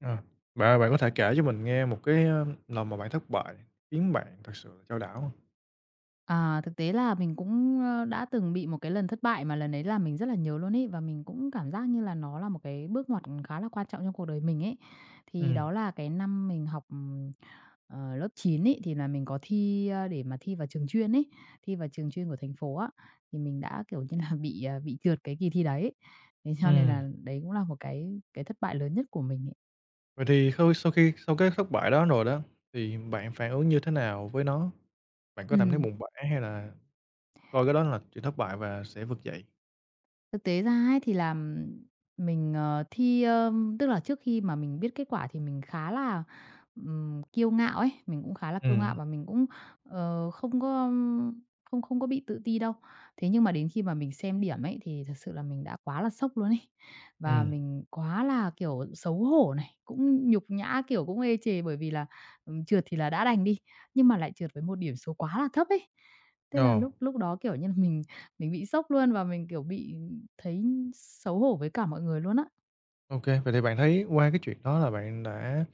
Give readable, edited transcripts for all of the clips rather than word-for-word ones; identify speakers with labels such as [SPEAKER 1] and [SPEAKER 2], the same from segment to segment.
[SPEAKER 1] Ờ, Bạn ơi, bạn có thể kể cho mình nghe một cái, lần mà bạn thất bại khiến bạn thật sự là chao đảo hông?
[SPEAKER 2] À, thực tế là mình cũng, đã từng bị một cái lần thất bại mà lần đấy là mình rất là nhớ luôn ý và mình cũng cảm giác như là nó là một cái bước ngoặt khá là quan trọng trong cuộc đời mình ấy. Thì
[SPEAKER 1] Ừm,
[SPEAKER 2] đó là cái năm mình học, lớp 9 ấy, thì là mình có thi, để mà thi vào trường chuyên ấy, thi vào trường chuyên của thành phố á, thì mình đã, kiểu như là, bị, bị trượt cái kỳ thi đấy. Thế cho nên
[SPEAKER 1] ừm,
[SPEAKER 2] là đấy cũng là một cái thất bại lớn nhất của mình ấy.
[SPEAKER 1] vậy thì khâu sau khi sau cái thất bại đó rồi đó, thì bạn phản ứng như thế nào với nó? Bạn có cảm thấy
[SPEAKER 2] Ừm.
[SPEAKER 1] buồn bã hay là coi cái đó là chuyện thất bại và sẽ vực dậy?
[SPEAKER 2] Thực tế ra ấy thì là mình, ờ, thi, ơ tức là trước khi mà mình biết kết quả thì mình khá là, kiêu ngạo ấy, mình cũng khá là
[SPEAKER 1] Ừ,
[SPEAKER 2] kiêu ngạo và mình cũng, không có không không có bị tự ti đâu. Thế nhưng mà đến khi mà mình xem điểm ấy thì thật sự là mình đã quá là sốc luôn ấy, và
[SPEAKER 1] ừ,
[SPEAKER 2] mình quá là, kiểu, xấu hổ này, cũng nhục nhã, kiểu, cũng ê chề bởi vì là, trượt thì là đã đành đi, nhưng mà lại trượt với một điểm số quá là thấp ấy. Thế là
[SPEAKER 1] ờ.
[SPEAKER 2] lúc lúc đó, kiểu như là, mình bị sốc luôn và mình, kiểu, bị thấy xấu hổ với cả mọi người luôn á.
[SPEAKER 1] OK. Vậy thì bạn thấy qua cái chuyện đó là bạn đã,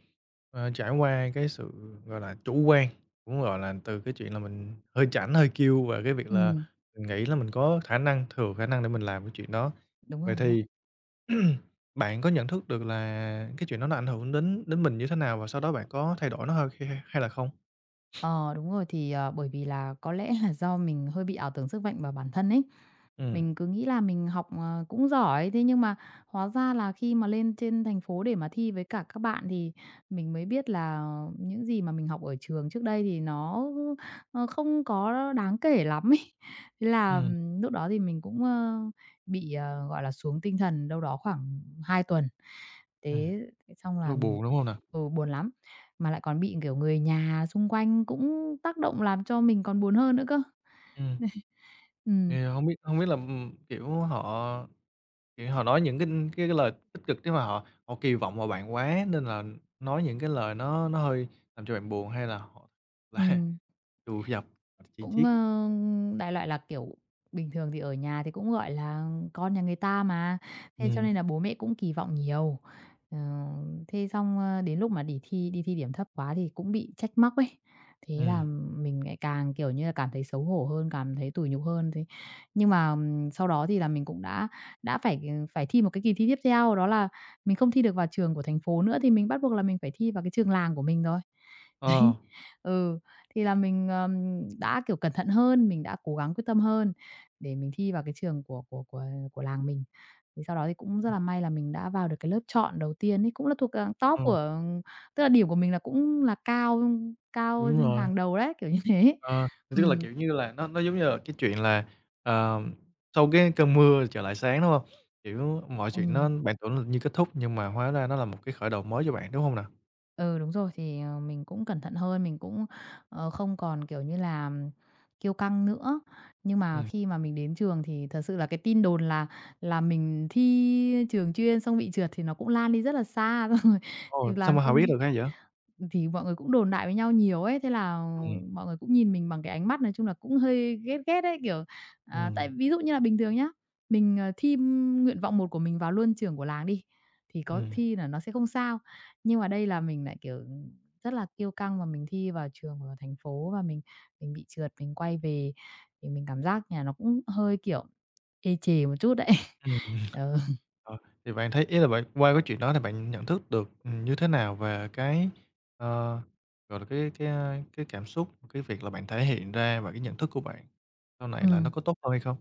[SPEAKER 1] trải qua cái sự, gọi là, chủ quan, cũng, gọi là, từ cái chuyện là mình hơi chảnh, hơi kiêu và cái việc là
[SPEAKER 2] Ừm,
[SPEAKER 1] mình nghĩ là mình có khả năng, thừa khả năng để mình làm cái chuyện đó.
[SPEAKER 2] đúng rồi,
[SPEAKER 1] Vậy
[SPEAKER 2] đúng rồi.
[SPEAKER 1] thì bạn có nhận thức được là cái chuyện đó nó ảnh hưởng đến đến mình như thế nào và sau đó bạn có thay đổi nó hay hay hay là không?
[SPEAKER 2] Ờ, đúng rồi, thì, bởi vì là có lẽ là do mình hơi bị ảo tưởng sức mạnh vào bản thân ấy.
[SPEAKER 1] Ừ.
[SPEAKER 2] Mình cứ nghĩ là mình học, cũng giỏi, thế nhưng mà hóa ra là khi mà lên trên thành phố để mà thi với cả các bạn thì mình mới biết là những gì mà mình học ở trường trước đây thì nó, không có đáng kể lắm ấy. Thế
[SPEAKER 1] Ừ.
[SPEAKER 2] là lúc đó thì mình cũng, bị, gọi là, xuống tinh thần đâu đó khoảng 2 tuần.
[SPEAKER 1] ừm,
[SPEAKER 2] Thế xong là
[SPEAKER 1] nỗi
[SPEAKER 2] mình
[SPEAKER 1] buồn, đúng không nè?
[SPEAKER 2] ừ, buồn lắm. Mà lại còn bị, kiểu, người nhà xung quanh cũng tác động làm cho mình còn buồn hơn nữa cơ.
[SPEAKER 1] Ừ.
[SPEAKER 2] Ừm,
[SPEAKER 1] Thì hông biết không biết là, kiểu, họ nói những cái lời tích cực nếu mà họ họ kỳ vọng vào bạn quá nên là nói những cái lời nó hơi làm cho bạn buồn hay là họ là
[SPEAKER 2] ừm.
[SPEAKER 1] trù dập, chỉ
[SPEAKER 2] Cũng,
[SPEAKER 1] trích?
[SPEAKER 2] đại loại là, kiểu, bình thường thì ở nhà thì cũng, gọi là, con nhà người ta mà, thế cho
[SPEAKER 1] Ừm,
[SPEAKER 2] nên là bố mẹ cũng kỳ vọng nhiều. Ờ, thế xong, đến lúc mà đi thi điểm thấp quá thì cũng bị trách móc ấy, thế là
[SPEAKER 1] ừm,
[SPEAKER 2] mình lại càng, kiểu như là, cảm thấy xấu hổ hơn, cảm thấy tủi nhục hơn. Thế nhưng mà, sau đó thì là mình cũng đã phải, ừ, phải thi một cái kỳ thi tiếp theo, đó là mình không thi được vào trường của thành phố nữa thì mình bắt buộc là mình phải thi vào cái trường làng của mình rồi.
[SPEAKER 1] ờ,
[SPEAKER 2] Đấy, ừ. Thì là mình, đã, kiểu, cẩn thận hơn, mình đã cố gắng quyết tâm hơn để mình thi vào cái trường của làng mình. Thì sau đó thì cũng rất là may là mình đã vào được cái lớp chọn đầu tiên ấy, cũng là thuộc, top
[SPEAKER 1] ờ,
[SPEAKER 2] của tức là điểm của mình là cũng là cao cao
[SPEAKER 1] đúng rồi,
[SPEAKER 2] hàng đầu đấy, kiểu như thế.
[SPEAKER 1] ờ, tức là,
[SPEAKER 2] Ừm,
[SPEAKER 1] kiểu như là, nó giống như là cái chuyện là, ờ, sau cái cơn mưa trở lại sáng, đúng không? Kiểu, mọi chuyện nó
[SPEAKER 2] ừm.
[SPEAKER 1] bạn tưởng là như kết thúc nhưng mà hóa ra nó là một cái khởi đầu mới cho bạn, đúng không nào?
[SPEAKER 2] Ừ, đúng rồi, thì, mình cũng cẩn thận hơn, mình cũng, không còn, kiểu như là, kiêu căng nữa. Nhưng mà
[SPEAKER 1] Ừm,
[SPEAKER 2] khi mà mình đến trường thì thật sự là cái tin đồn là mình thi trường chuyên xong bị trượt thì nó cũng lan đi rất là xa, rồi
[SPEAKER 1] ồ,
[SPEAKER 2] thì
[SPEAKER 1] sao
[SPEAKER 2] làm
[SPEAKER 1] mà
[SPEAKER 2] cho
[SPEAKER 1] họ biết được hay vậy?
[SPEAKER 2] thì mọi người cũng đồn đại với nhau nhiều ấy, thế là
[SPEAKER 1] Ừm,
[SPEAKER 2] mọi người cũng nhìn mình bằng cái ánh mắt nói chung là cũng hơi ghét ghét ấy, kiểu, tại
[SPEAKER 1] ừm,
[SPEAKER 2] ví dụ như là bình thường nhá, mình, thi nguyện vọng một của mình vào Luân trường của làng đi, thì có
[SPEAKER 1] ừm,
[SPEAKER 2] thi là nó sẽ không sao. Nhưng mà đây là mình lại, kiểu, rất là kiêu căng và mình thi vào trường ở thành phố và mình bị trượt, mình quay về thì mình cảm giác nhà nó cũng hơi, kiểu, ê chề một chút đấy.
[SPEAKER 1] ừm.
[SPEAKER 2] Ừ,
[SPEAKER 1] Ờ, thì bạn thấy ý là bạn qua cái chuyện đó thì bạn nhận thức được, như thế nào về cái, ờ, gọi là, cái cảm xúc, cái việc là bạn thể hiện ra và cái nhận thức của bạn sau này là nó
[SPEAKER 2] ừm.
[SPEAKER 1] có tốt hơn hay không?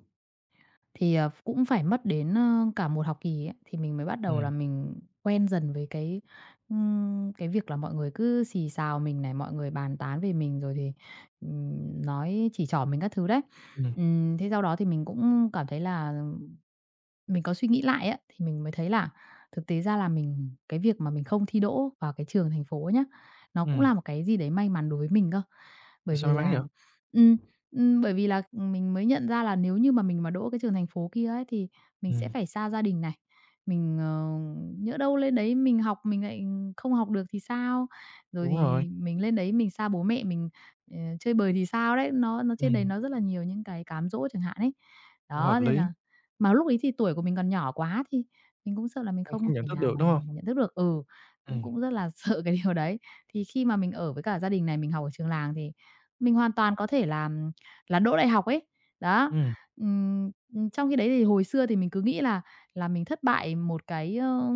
[SPEAKER 2] Thì, cũng phải mất đến, cả một học kỳ ấy, thì mình mới bắt đầu là
[SPEAKER 1] Ừm,
[SPEAKER 2] mình quen dần với cái, cái việc là mọi người cứ xì xào mình này, mọi người bàn tán về mình rồi thì, nói chỉ trỏ mình các thứ đấy.
[SPEAKER 1] ừm,
[SPEAKER 2] Thế sau đó thì mình cũng cảm thấy là mình có suy nghĩ lại á, thì mình mới thấy là thực tế ra là mình cái việc mà mình không thi đỗ vào cái trường thành phố nhá, nó cũng
[SPEAKER 1] ừm,
[SPEAKER 2] là một cái gì đấy may mắn đối với mình cơ.
[SPEAKER 1] tại
[SPEAKER 2] Bởi
[SPEAKER 1] sao
[SPEAKER 2] vì
[SPEAKER 1] may mắn
[SPEAKER 2] là
[SPEAKER 1] vậy?
[SPEAKER 2] ừm, bởi vì là mình mới nhận ra là nếu như mà mình mà đỗ cái trường thành phố kia ấy, thì mình sẽ
[SPEAKER 1] Ừm,
[SPEAKER 2] phải xa gia đình này. Mình, nhỡ đâu lên đấy mình học mình lại không học được thì sao? Rồi
[SPEAKER 1] đúng rồi,
[SPEAKER 2] thì mình lên đấy mình xa bố mẹ mình, chơi bời thì sao đấy? Nó trên đấy
[SPEAKER 1] ừm,
[SPEAKER 2] nó rất là nhiều những cái cám dỗ chẳng hạn ấy.
[SPEAKER 1] cũng hợp
[SPEAKER 2] Đó, nên
[SPEAKER 1] lý,
[SPEAKER 2] là mà lúc ấy thì tuổi của mình còn nhỏ quá thì mình cũng sợ là mình
[SPEAKER 1] không
[SPEAKER 2] không
[SPEAKER 1] không nhận
[SPEAKER 2] thể
[SPEAKER 1] thức
[SPEAKER 2] nào
[SPEAKER 1] được,
[SPEAKER 2] mà
[SPEAKER 1] đúng không?
[SPEAKER 2] mình nhận thức được ừ, cũng
[SPEAKER 1] Ừm,
[SPEAKER 2] cũng rất là sợ cái điều đấy. Thì khi mà mình ở với cả gia đình này, mình học ở trường làng thì mình hoàn toàn có thể là đỗ đại học ấy. Đó,
[SPEAKER 1] ừm,
[SPEAKER 2] trong khi đấy thì hồi xưa thì mình cứ nghĩ là mình thất bại một cái,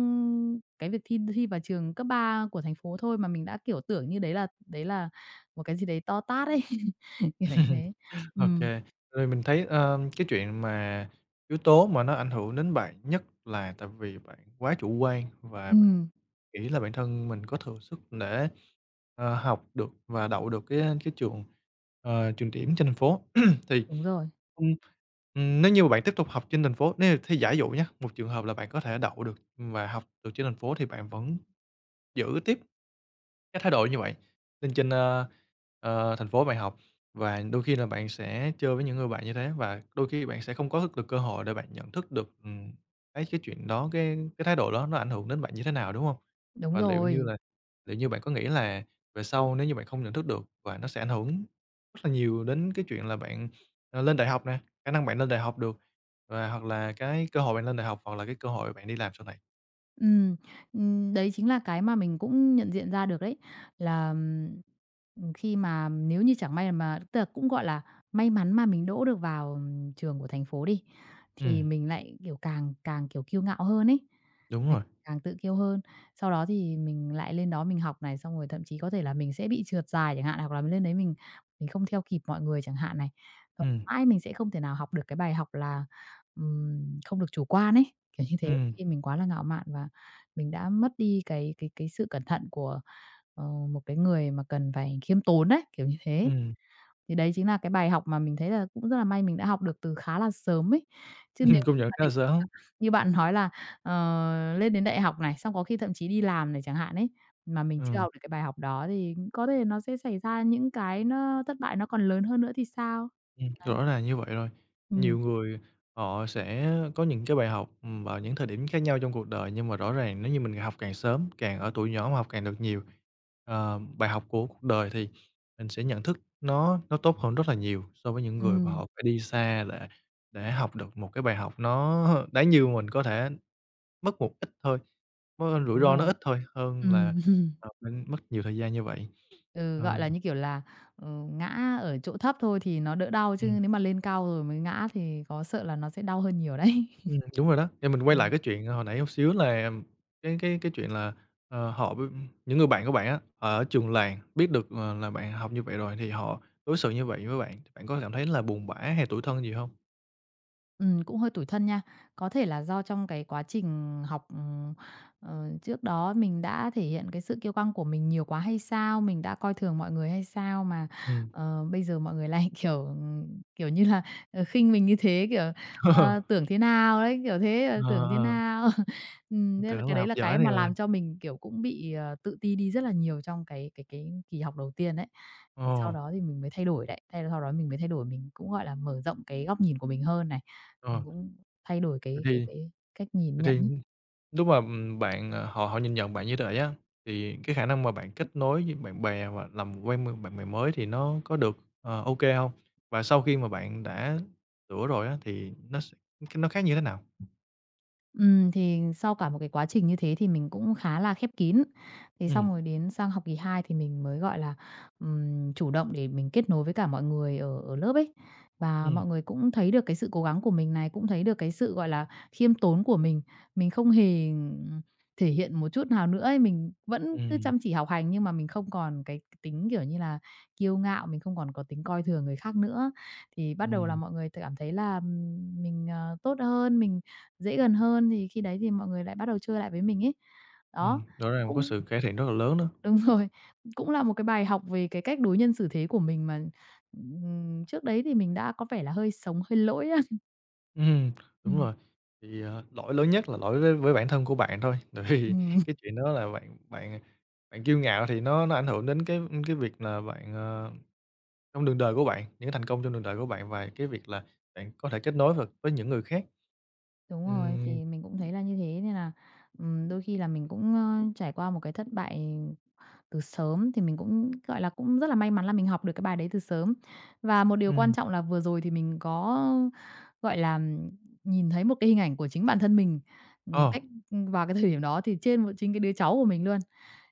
[SPEAKER 2] cái việc thi thi vào trường cấp 3 của thành phố thôi, mà mình đã, kiểu, tưởng như đấy là một cái gì đấy to tát ấy, kiểu như thế.
[SPEAKER 1] OK.
[SPEAKER 2] Ừm,
[SPEAKER 1] Rồi mình thấy, cái chuyện mà yếu tố mà nó ảnh hưởng đến bạn nhất là tại vì bạn quá chủ quan và
[SPEAKER 2] ừm,
[SPEAKER 1] nghĩ là bản thân mình có thừa sức để, học được và đậu được cái trường, trường điểm trên thành phố. Thì,
[SPEAKER 2] đúng rồi,
[SPEAKER 1] ừm, nếu như mà bạn tiếp tục học trên thành phố nếu thì giả dụ nhá, một trường hợp là bạn có thể đậu được và học được trên thành phố thì bạn vẫn giữ tiếp cái thái độ như vậy lên trên, thành phố bạn học và đôi khi là bạn sẽ chơi với những người bạn như thế và đôi khi bạn sẽ không có được cơ hội để bạn nhận thức được, cái chuyện đó, cái thái độ đó nó ảnh hưởng đến bạn như thế nào, đúng không?
[SPEAKER 2] đúng
[SPEAKER 1] Và
[SPEAKER 2] rồi.
[SPEAKER 1] liệu như bạn có nghĩ là về sau nếu như bạn không nhận thức được và nó sẽ ảnh hưởng rất là nhiều đến cái chuyện là bạn, lên đại học nè, khả năng bạn lên đại học được và hoặc là cái cơ hội bạn lên đại học hoặc là cái cơ hội bạn đi làm sau này.
[SPEAKER 2] Ừm, đấy chính là cái mà mình cũng nhận diện ra được đấy, là, khi mà nếu như chẳng may mà tức là cũng, gọi là, may mắn mà mình đỗ được vào trường của thành phố đi, thì
[SPEAKER 1] Ừm,
[SPEAKER 2] mình lại, kiểu, càng càng, kiểu, kiêu ngạo hơn ấy,
[SPEAKER 1] đúng
[SPEAKER 2] mình
[SPEAKER 1] rồi.
[SPEAKER 2] càng tự kiêu hơn. Sau đó thì mình lại lên đó mình học này, xong rồi thậm chí có thể là mình sẽ bị trượt dài chẳng hạn, hoặc là mình lên đấy mình không theo kịp mọi người chẳng hạn này. Xong
[SPEAKER 1] Ừm,
[SPEAKER 2] mãi mình sẽ không thể nào học được cái bài học là, không được chủ quan ấy, kiểu như thế,
[SPEAKER 1] ừm,
[SPEAKER 2] khi mình quá là ngạo mạn và mình đã mất đi cái sự cẩn thận của, ờ, một cái người mà cần phải khiêm tốn đấy, kiểu như thế.
[SPEAKER 1] ừm.
[SPEAKER 2] Thì đấy chính là cái bài học mà mình thấy là cũng rất là may mình đã học được từ khá là sớm ấy. Chứ
[SPEAKER 1] Ừm,
[SPEAKER 2] nếu
[SPEAKER 1] công
[SPEAKER 2] như
[SPEAKER 1] nhận
[SPEAKER 2] mà
[SPEAKER 1] khá
[SPEAKER 2] để
[SPEAKER 1] là sớm.
[SPEAKER 2] như bạn nói là, lên đến đại học này, xong có khi thậm chí đi làm này chẳng hạn ấy, mà mình chưa
[SPEAKER 1] Ừm,
[SPEAKER 2] học được cái bài học đó thì có thể nó sẽ xảy ra những cái nó thất bại nó còn lớn hơn nữa thì sao?
[SPEAKER 1] ừm,
[SPEAKER 2] Đấy.
[SPEAKER 1] rõ ràng như vậy rồi.
[SPEAKER 2] Ừm,
[SPEAKER 1] Nhiều người họ sẽ có những cái bài học, vào những thời điểm khác nhau trong cuộc đời, nhưng mà rõ ràng nếu như mình học càng sớm, càng ở tuổi nhỏ mà học càng được nhiều, bài học của cuộc đời thì mình sẽ nhận thức nó tốt hơn rất là nhiều so với những người mà họ
[SPEAKER 2] ừm,
[SPEAKER 1] phải đi xa để học được một cái bài học nó đáng như mình có thể mất một ít thôi, có rủi
[SPEAKER 2] đúng
[SPEAKER 1] ro nó
[SPEAKER 2] rồi.
[SPEAKER 1] ít thôi,
[SPEAKER 2] Ừ.
[SPEAKER 1] hơn là, mình mất nhiều thời gian như vậy.
[SPEAKER 2] Ừ,
[SPEAKER 1] Ờ,
[SPEAKER 2] gọi là, như kiểu là, ngã ở chỗ thấp thôi thì nó đỡ đau, chứ
[SPEAKER 1] ừm.
[SPEAKER 2] nếu mà lên cao rồi mới ngã thì có sợ là nó sẽ đau hơn nhiều đấy.
[SPEAKER 1] Ừm, đúng rồi đó. Thì mình quay
[SPEAKER 2] Ừ.
[SPEAKER 1] lại cái chuyện hồi nãy một xíu là cái chuyện là, họ b những người bạn của bạn á, ở trường làng biết được, là bạn học như vậy rồi thì họ đối xử như vậy với bạn, bạn có cảm thấy là buồn bã hay tủi thân gì hông?
[SPEAKER 2] Cũng hơi tủi thân nha. Có thể là do trong cái quá trình học, trước đó mình đã thể hiện cái sự kiêu căng của mình nhiều quá hay sao? Mình đã coi thường mọi người hay sao mà,
[SPEAKER 1] Ừm.
[SPEAKER 2] bây giờ mọi người lại, kiểu, kiểu như là, khinh mình như thế, kiểu, "Tưởng thế nào?" đấy, kiểu thế,
[SPEAKER 1] Ờ,
[SPEAKER 2] "Tưởng thế
[SPEAKER 1] ờ,
[SPEAKER 2] nào?"
[SPEAKER 1] mình
[SPEAKER 2] Nên là
[SPEAKER 1] tưởng
[SPEAKER 2] cái
[SPEAKER 1] là
[SPEAKER 2] đấy
[SPEAKER 1] học
[SPEAKER 2] là
[SPEAKER 1] giỏi
[SPEAKER 2] cái
[SPEAKER 1] thì.
[SPEAKER 2] mà
[SPEAKER 1] ờ,
[SPEAKER 2] làm cho mình, kiểu, cũng bị, tự ti đi rất là nhiều trong cái kỳ học đầu tiên đấy thì sau
[SPEAKER 1] ờ,
[SPEAKER 2] đó thì mình mới thay đổi đấy, sau đó mình mới thay đổi, mình cũng, gọi là, mở rộng cái góc nhìn của mình hơn này,
[SPEAKER 1] ờ,
[SPEAKER 2] mình cũng thay đổi
[SPEAKER 1] vậy
[SPEAKER 2] cái cái
[SPEAKER 1] thì
[SPEAKER 2] cái cách nhìn
[SPEAKER 1] vậy
[SPEAKER 2] nhận ấy.
[SPEAKER 1] thì Lúc mà, bạn, họ họ nhìn nhận bạn như vậy á, thì cái khả năng mà bạn kết nối với bạn bè và làm quen m bạn bè mới thì nó có được, ô kê? Và sau khi mà bạn đã sửa rồi á, thì nó khác như thế nào?
[SPEAKER 2] Thì sau cả một cái quá trình như thế thì mình cũng khá là khép kín. Thế
[SPEAKER 1] Ừm,
[SPEAKER 2] xong rồi đến sang học kỳ 2 thì mình mới, gọi là, chủ động để mình kết nối với cả mọi người ở ở lớp ấy. Và
[SPEAKER 1] ừm,
[SPEAKER 2] mọi người cũng thấy được cái sự cố gắng của mình này, cũng thấy được cái sự, gọi là, khiêm tốn của mình. Mình không hề thể hiện một chút nào nữa ấy, mình vẫn cứ
[SPEAKER 1] ừm,
[SPEAKER 2] chăm chỉ học hành nhưng mà mình không còn cái tính, kiểu như là, kiêu ngạo, mình không còn có tính coi thường người khác nữa. Thì bắt đầu là
[SPEAKER 1] ừm,
[SPEAKER 2] mọi người t cảm thấy là, mình, tốt hơn, mình dễ gần hơn thì khi đấy thì mọi người lại bắt đầu chơi lại với mình ấy.
[SPEAKER 1] ừm,
[SPEAKER 2] Đó,
[SPEAKER 1] rõ
[SPEAKER 2] thì
[SPEAKER 1] ràng có
[SPEAKER 2] cũng
[SPEAKER 1] sự cải thiện rất là lớn đó.
[SPEAKER 2] đúng rồi, cũng là một cái bài học về cái cách đối nhân xử thế của mình mà, trước đấy thì mình đã có vẻ là hơi sống hơi lỗi á.
[SPEAKER 1] Ừm, đúng
[SPEAKER 2] Ừm,
[SPEAKER 1] rồi, thì, lỗi lớn nhất là lỗi với bản thân của bạn thôi, tại vì
[SPEAKER 2] ừm,
[SPEAKER 1] cái chuyện đó là bạn bạn bạn kiêu ngạo thì nó ảnh hưởng đến cái việc là bạn. Ờ Trong đường đời của bạn, những cái thành công trong đường đời của bạn và cái việc là bạn có thể kết nối được với những người khác.
[SPEAKER 2] đúng rồi,
[SPEAKER 1] Ừm,
[SPEAKER 2] thì mình cũng thấy là như thế nên là, đôi khi là mình cũng, trải qua một cái thất bại từ sớm thì mình cũng, gọi là, cũng rất là may mắn là mình học được cái bài đấy từ sớm. Và một điều quan
[SPEAKER 1] ừm,
[SPEAKER 2] trọng là vừa rồi thì mình có, gọi là, nhìn thấy một cái hình ảnh của chính bản thân mình, ừm,
[SPEAKER 1] ờ,
[SPEAKER 2] cách vào cái thời điểm đó thì trên một chính cái đứa cháu của mình luôn.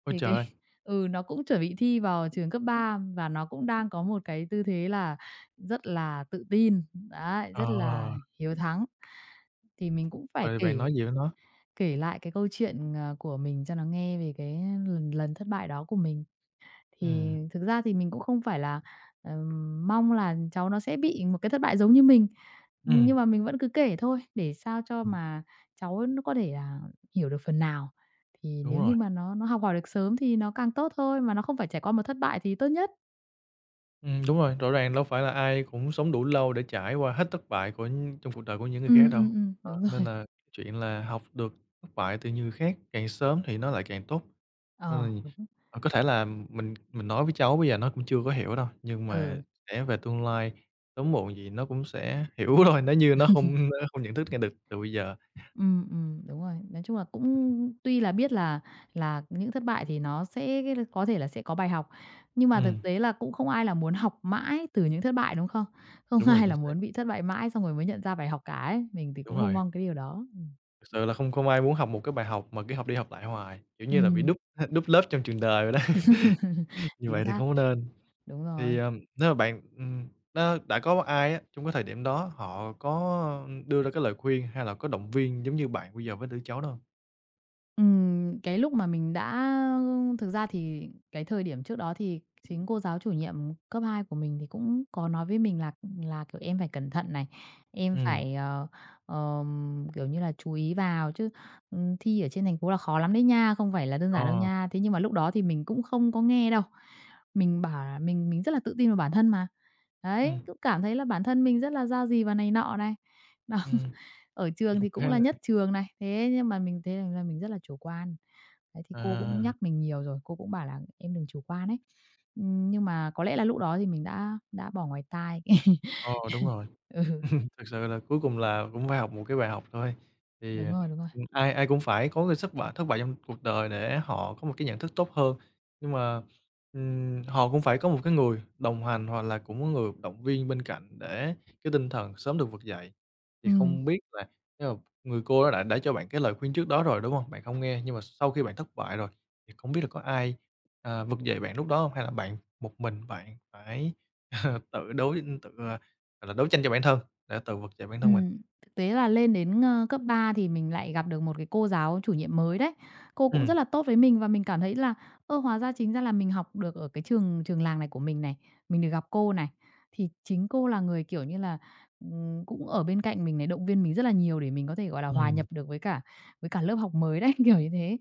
[SPEAKER 1] Ôi
[SPEAKER 2] Thì cái
[SPEAKER 1] trời!
[SPEAKER 2] ừ, nó cũng chuẩn bị thi vào trường cấp 3 và nó cũng đang có một cái tư thế là rất là tự tin, đấy, rất là
[SPEAKER 1] Ờ,
[SPEAKER 2] hiếu thắng. Thì mình cũng phải
[SPEAKER 1] rồi bạn nói
[SPEAKER 2] kể
[SPEAKER 1] gì với nó?
[SPEAKER 2] kể lại cái câu chuyện, của mình cho nó nghe về cái lần lần thất bại đó của mình. Thì
[SPEAKER 1] Ừm,
[SPEAKER 2] thực ra thì mình cũng không phải là, mong là cháu nó sẽ bị một cái thất bại giống như mình,
[SPEAKER 1] ừm,
[SPEAKER 2] nhưng mà mình vẫn cứ kể thôi, để sao cho
[SPEAKER 1] ừm,
[SPEAKER 2] mà cháu nó có thể là hiểu được phần nào. Thì
[SPEAKER 1] đúng
[SPEAKER 2] nếu như
[SPEAKER 1] rồi.
[SPEAKER 2] mà nó học hỏi được sớm thì nó càng tốt thôi, mà nó không phải trải qua một thất bại thì tốt nhất.
[SPEAKER 1] Đúng rồi, rõ ràng đâu phải là ai cũng sống đủ lâu để trải qua hết thất bại của những trong cuộc đời của những người khác đâu. Ờ.
[SPEAKER 2] Đúng
[SPEAKER 1] Nên
[SPEAKER 2] rồi.
[SPEAKER 1] là chuyện là học được thất bại từ những người khác càng sớm thì nó lại càng tốt.
[SPEAKER 2] Ờ,
[SPEAKER 1] Ừm,
[SPEAKER 2] đúng.
[SPEAKER 1] có thể là mình nói với cháu bây giờ nó cũng chưa có hiểu đâu, nhưng mà
[SPEAKER 2] Ừ.
[SPEAKER 1] sẽ về tương lai sớm muộn gì nó cũng sẽ hiểu thôi, nếu như nó không nhận thức ngay được từ bây giờ.
[SPEAKER 2] Ừ đúng rồi. Nói chung là cũng tuy là biết là những thất bại thì nó sẽ có thể là sẽ có bài học, nhưng mà thực
[SPEAKER 1] Ừm,
[SPEAKER 2] tế là cũng không ai là muốn học mãi từ những thất bại, đúng không? Không
[SPEAKER 1] đúng rồi,
[SPEAKER 2] ai
[SPEAKER 1] chính
[SPEAKER 2] là
[SPEAKER 1] xác,
[SPEAKER 2] muốn bị thất bại mãi xong rồi mới nhận ra bài học cả ấy, mình thì
[SPEAKER 1] đúng
[SPEAKER 2] cũng không
[SPEAKER 1] rồi.
[SPEAKER 2] mong cái điều đó.
[SPEAKER 1] Thực sự là không không ai muốn học một cái bài học mà cứ học đi học lại hoài, kiểu như là, bị
[SPEAKER 2] Ừm.
[SPEAKER 1] đúc đúc lớp trong trường đời vậy đó, như
[SPEAKER 2] Chính
[SPEAKER 1] vậy thì
[SPEAKER 2] xác,
[SPEAKER 1] không có nên.
[SPEAKER 2] đúng
[SPEAKER 1] Thì,
[SPEAKER 2] rồi.
[SPEAKER 1] nếu mà bạn, nó đã có ai á, trong cái thời điểm đó họ có đưa ra cái lời khuyên hay là có động viên giống như bạn bây giờ với đứa cháu đó hông?
[SPEAKER 2] Cái lúc mà mình đã thực ra thì cái thời điểm trước đó thì chính cô giáo chủ nhiệm cấp 2 của mình thì cũng có nói với mình là, kiểu, em phải cẩn thận này, em
[SPEAKER 1] Ừm,
[SPEAKER 2] phải, kiểu như là, chú ý vào chứ, thi ở trên thành phố là khó lắm đấy nha, không phải là đơn giản đâu
[SPEAKER 1] ờ,
[SPEAKER 2] nha. Thế nhưng mà lúc đó thì mình cũng không có nghe đâu, mình bảo là mình rất là tự tin vào bản thân mà.
[SPEAKER 1] ừm,
[SPEAKER 2] Đấy, cũng cảm thấy là bản thân mình rất là ra gì và này nọ này.
[SPEAKER 1] ừm,
[SPEAKER 2] Ở trường
[SPEAKER 1] cũng
[SPEAKER 2] thì cũng
[SPEAKER 1] khá
[SPEAKER 2] là
[SPEAKER 1] là
[SPEAKER 2] nhất trường này, thế nhưng mà mình thấy là mình rất là chủ quan. Đấy, thì cô cũng
[SPEAKER 1] à,
[SPEAKER 2] nhắc mình nhiều rồi, cô cũng bảo là "Em đừng chủ quan" ấy. Nhưng mà có lẽ là lúc đó thì mình đã bỏ ngoài tai.
[SPEAKER 1] ờ, đúng rồi.
[SPEAKER 2] Ừ,
[SPEAKER 1] Thực sự là cuối cùng là cũng phải học một cái bài học thôi. Thì,
[SPEAKER 2] đúng rồi, đúng rồi.
[SPEAKER 1] ai ai cũng phải có cái thất bại trong cuộc đời để họ có một cái nhận thức tốt hơn. Nhưng mà, họ cũng phải có một cái người đồng hành hoặc là cũng có người động viên bên cạnh để cái tinh thần sớm được vực dậy. Thì
[SPEAKER 2] Ừm.
[SPEAKER 1] không biết là nếu mà người cô đó đã cho bạn cái lời khuyên trước đó rồi, đúng không? Bạn không nghe, nhưng mà sau khi bạn thất bại rồi thì không biết là có ai, vực dậy bạn lúc đó không? Hay là bạn một mình bạn phải tự, gọi là, đấu tranh cho bản thân? Đã tự vực dậy bản thân mình.
[SPEAKER 2] Ừm, thực tế là lên đến, cấp 3 thì mình lại gặp được một cái cô giáo chủ nhiệm mới đấy. Cô cũng
[SPEAKER 1] Ừm,
[SPEAKER 2] rất là tốt với mình và mình cảm thấy là, hóa ra chính ra là mình học được ở cái trường trường làng này của mình này, mình được gặp cô này, thì chính cô là người, kiểu như là, cũng ở bên cạnh mình này, động viên mình rất là nhiều để mình có thể, gọi là, hòa
[SPEAKER 1] ừm,
[SPEAKER 2] nhập được với cả lớp học mới đấy, kiểu như thế.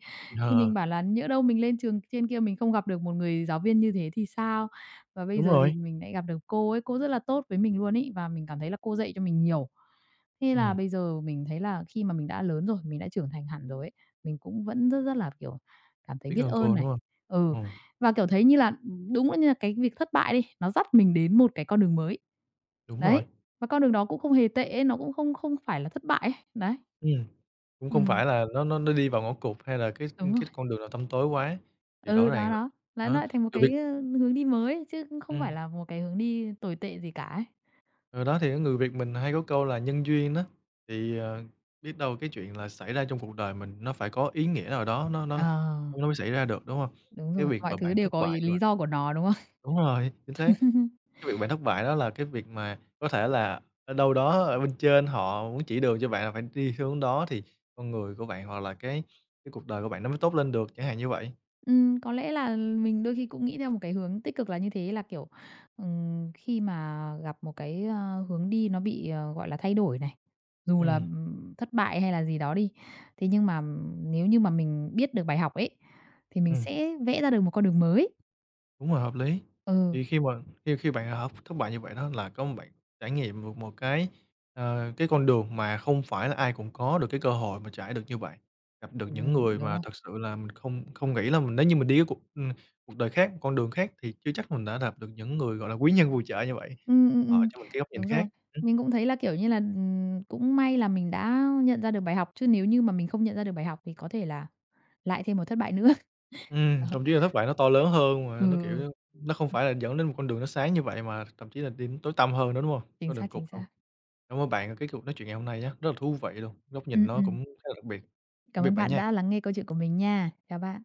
[SPEAKER 2] Thì
[SPEAKER 1] ờ,
[SPEAKER 2] mình bảo là nhỡ đâu mình lên trường trên kia mình không gặp được một người giáo viên như thế thì sao? Và bây
[SPEAKER 1] đúng
[SPEAKER 2] giờ
[SPEAKER 1] rồi,
[SPEAKER 2] thì mình lại gặp được cô ấy, cô rất là tốt với mình luôn ý và mình cảm thấy là cô dạy cho mình nhiều. Thế
[SPEAKER 1] ừm,
[SPEAKER 2] là bây giờ mình thấy là khi mà mình đã lớn rồi, mình đã trưởng thành hẳn rồi ấy, mình cũng vẫn rất rất là, kiểu, cảm thấy
[SPEAKER 1] biết
[SPEAKER 2] biết
[SPEAKER 1] ơn
[SPEAKER 2] ơn
[SPEAKER 1] cô, đúng
[SPEAKER 2] này.
[SPEAKER 1] hông?
[SPEAKER 2] Ừ,
[SPEAKER 1] Ừm,
[SPEAKER 2] và, kiểu, thấy như là đúng là như là cái việc thất bại đi, nó dắt mình đến một cái con đường mới.
[SPEAKER 1] đúng rồi,
[SPEAKER 2] Đấy, và con đường đó cũng không hề tệ ấy, nó cũng không không phải là thất bại ấy, đấy.
[SPEAKER 1] ừm, cũng không
[SPEAKER 2] Ừm,
[SPEAKER 1] phải là nó đi vào ngõ cụt hay là
[SPEAKER 2] đúng rồi.
[SPEAKER 1] cái con đường nào tăm tối quá, thì rõ
[SPEAKER 2] Ừ, đó,
[SPEAKER 1] ràng là
[SPEAKER 2] đó, lại
[SPEAKER 1] đó,
[SPEAKER 2] lại thành một
[SPEAKER 1] người
[SPEAKER 2] cái,
[SPEAKER 1] Việt
[SPEAKER 2] hướng đi mới chứ cũng không
[SPEAKER 1] ừm,
[SPEAKER 2] phải là một cái hướng đi tồi tệ gì cả ấy.
[SPEAKER 1] ừ, đó, thì người Việt mình hay có câu là nhân duyên đó, thì, biết đâu cái chuyện là xảy ra trong cuộc đời mình nó phải có ý nghĩa nào đó
[SPEAKER 2] Ờ,
[SPEAKER 1] nó mới xảy ra được, đúng hông?
[SPEAKER 2] đúng
[SPEAKER 1] Cái
[SPEAKER 2] rồi,
[SPEAKER 1] việc
[SPEAKER 2] mọi
[SPEAKER 1] mà
[SPEAKER 2] thứ
[SPEAKER 1] bạn
[SPEAKER 2] đều
[SPEAKER 1] thất
[SPEAKER 2] có
[SPEAKER 1] bại
[SPEAKER 2] ý
[SPEAKER 1] như vậy,
[SPEAKER 2] lý do của nó, đúng không?
[SPEAKER 1] đúng rồi, chính xác. Cái việc bạn thất bại đó là cái việc mà có thể là ở đâu đó ở bên trên họ muốn chỉ đường cho bạn là phải đi hướng đó thì con người của bạn hoặc là cái cuộc đời của bạn nó mới tốt lên được, chẳng hạn như vậy.
[SPEAKER 2] Có lẽ là mình đôi khi cũng nghĩ theo một cái hướng tích cực là như thế, là, kiểu, khi mà gặp một cái, hướng đi nó bị, gọi là, thay đổi này, dù là,
[SPEAKER 1] Ừm,
[SPEAKER 2] thất bại hay là gì đó đi, thế nhưng mà nếu như mà mình biết được bài học ấy, thì mình
[SPEAKER 1] ừm.
[SPEAKER 2] sẽ vẽ ra được một con đường mới.
[SPEAKER 1] Đúng rồi, hợp lý.
[SPEAKER 2] Ừ,
[SPEAKER 1] Thì khi mà khi khi bạn hợp thất bại như vậy đó là có một bạn trải nghiệm được một cái, cái con đường mà không phải là ai cũng có được cái cơ hội mà trải được như vậy, gặp được những
[SPEAKER 2] ừm.
[SPEAKER 1] người
[SPEAKER 2] Đúng
[SPEAKER 1] mà
[SPEAKER 2] rồi.
[SPEAKER 1] thật sự là mình không không nghĩ là mình nếu như mình đi cái cuộc, cuộc đời khác, con đường khác thì chưa chắc mình đã gặp được những người, gọi là, quý nhân phù trợ như vậy,
[SPEAKER 2] Ừm, ừm,
[SPEAKER 1] họ
[SPEAKER 2] ừm,
[SPEAKER 1] cho mình cái góc nhìn
[SPEAKER 2] đúng rồi.
[SPEAKER 1] khác. Ừ,
[SPEAKER 2] Mình cũng thấy là, kiểu như là, cũng may là mình đã nhận ra được bài học, chứ nếu như mà mình không nhận ra được bài học thì có thể là lại thêm một thất bại nữa. Đó.
[SPEAKER 1] thậm chí là thất bại nó to lớn hơn
[SPEAKER 2] Ừ,
[SPEAKER 1] mà nó,
[SPEAKER 2] ừ.
[SPEAKER 1] kiểu, nó không phải là dẫn đến một con đường nó sáng như vậy mà thậm chí là đi đến tối tăm hơn nữa, đúng không?
[SPEAKER 2] Chính
[SPEAKER 1] Con
[SPEAKER 2] xác,
[SPEAKER 1] đường cụt
[SPEAKER 2] chính
[SPEAKER 1] luôn.
[SPEAKER 2] xác.
[SPEAKER 1] Cảm ơn bạn về cái cuộc nói chuyện ngày hôm nay nhé, rất là thú vị luôn, góc nhìn
[SPEAKER 2] Ừm,
[SPEAKER 1] nó
[SPEAKER 2] ừm.
[SPEAKER 1] cũng khá là đặc biệt. Tạm
[SPEAKER 2] Cảm
[SPEAKER 1] biệt
[SPEAKER 2] ơn
[SPEAKER 1] bạn
[SPEAKER 2] bạn đã
[SPEAKER 1] nha.
[SPEAKER 2] lắng nghe câu chuyện của mình nha. Chào bạn.